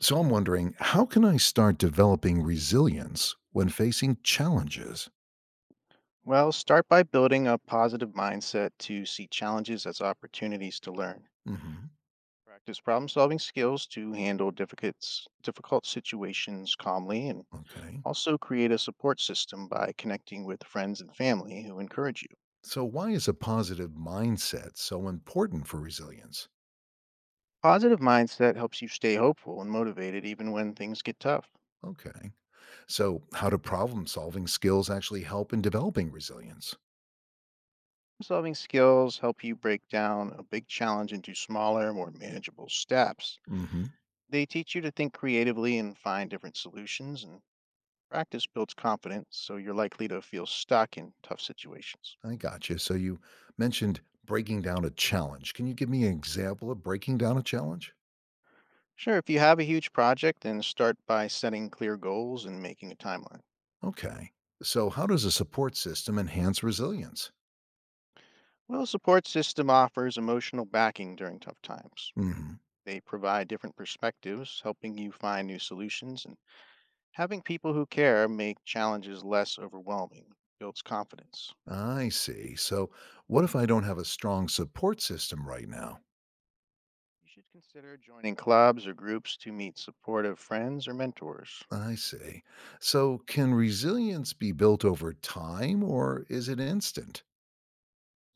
So I'm wondering, how can I start developing resilience when facing challenges? Well, start by building a positive mindset to see challenges as opportunities to learn. Hmm. Practice problem solving skills to handle difficult situations calmly and Okay. also create a support system by connecting with friends and family who encourage you. So, why is a positive mindset so important for resilience? Positive mindset helps you stay hopeful and motivated even when things get tough. Okay. So, how do problem solving skills actually help in developing resilience? Solving skills help you break down a big challenge into smaller, more manageable steps. Hmm. They teach you to think creatively and find different solutions, and practice builds confidence, so you're likely to feel stuck in tough situations. I got you. So, you mentioned breaking down a challenge. Can you give me an example of breaking down a challenge? Sure, if you have a huge project, then start by setting clear goals and making a timeline. Okay. So, how does a support system enhance resilience? Well, support system offers emotional backing during tough times. Mm-hmm. They provide different perspectives, helping you find new solutions, and having people who care make challenges less overwhelming builds confidence. I see. So, what if I don't have a strong support system right now? You should consider joining clubs or groups to meet supportive friends or mentors. I see. So, can resilience be built over time or is it instant?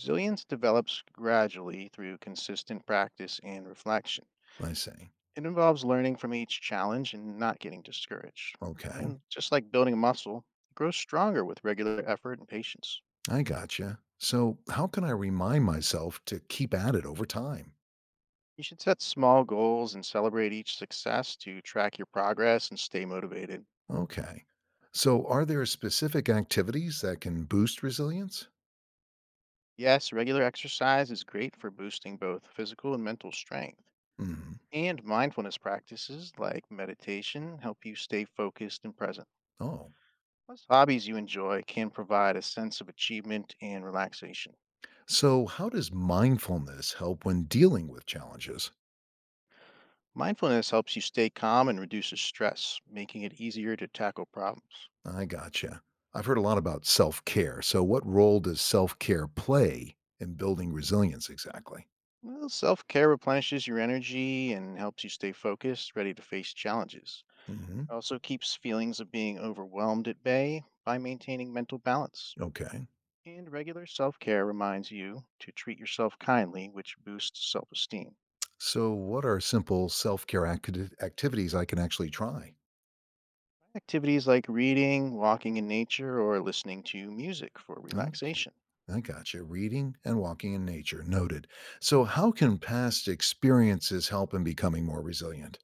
Resilience develops gradually through consistent practice and reflection. I see. It involves learning from each challenge and not getting discouraged. Okay. And just like building a muscle, it grows stronger with regular effort and patience. I gotcha. So, how can I remind myself to keep at it over time? You should set small goals and celebrate each success to track your progress and stay motivated. Okay. So, are there specific activities that can boost resilience? Yes, regular exercise is great for boosting both physical and mental strength. Hmm. And mindfulness practices like meditation help you stay focused and present. Oh. Plus, hobbies you enjoy can provide a sense of achievement and relaxation. So, how does mindfulness help when dealing with challenges? Mindfulness helps you stay calm and reduces stress, making it easier to tackle problems. I gotcha. I've heard a lot about self care. So, what role does self care play in building resilience exactly? Well, self care replenishes your energy and helps you stay focused, ready to face challenges. Hmm. It also keeps feelings of being overwhelmed at bay by maintaining mental balance. Okay. And regular self care reminds you to treat yourself kindly, which boosts self esteem. So, what are simple self care activities I can actually try? Activities like reading, walking in nature, or listening to music for Okay. relaxation. I gotcha. Reading and walking in nature. Noted. So, how can past experiences help in becoming more resilient?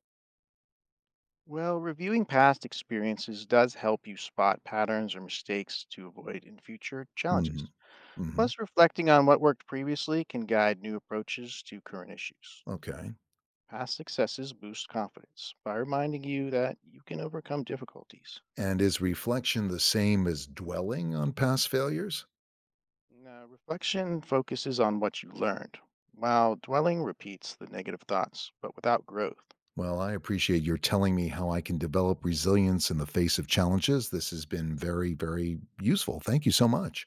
Well, reviewing past experiences does help you spot patterns or mistakes to avoid in future Hmm. challenges. Hmm. Plus, reflecting on what worked previously can guide new approaches to current issues. Okay. Past successes boost confidence by reminding you that you can overcome difficulties. And is reflection the same as dwelling on past failures? Now, reflection focuses on what you learned, while dwelling repeats the negative thoughts, but without growth. Well, I appreciate your telling me how I can develop resilience in the face of challenges. This has been very, very useful. Thank you so much.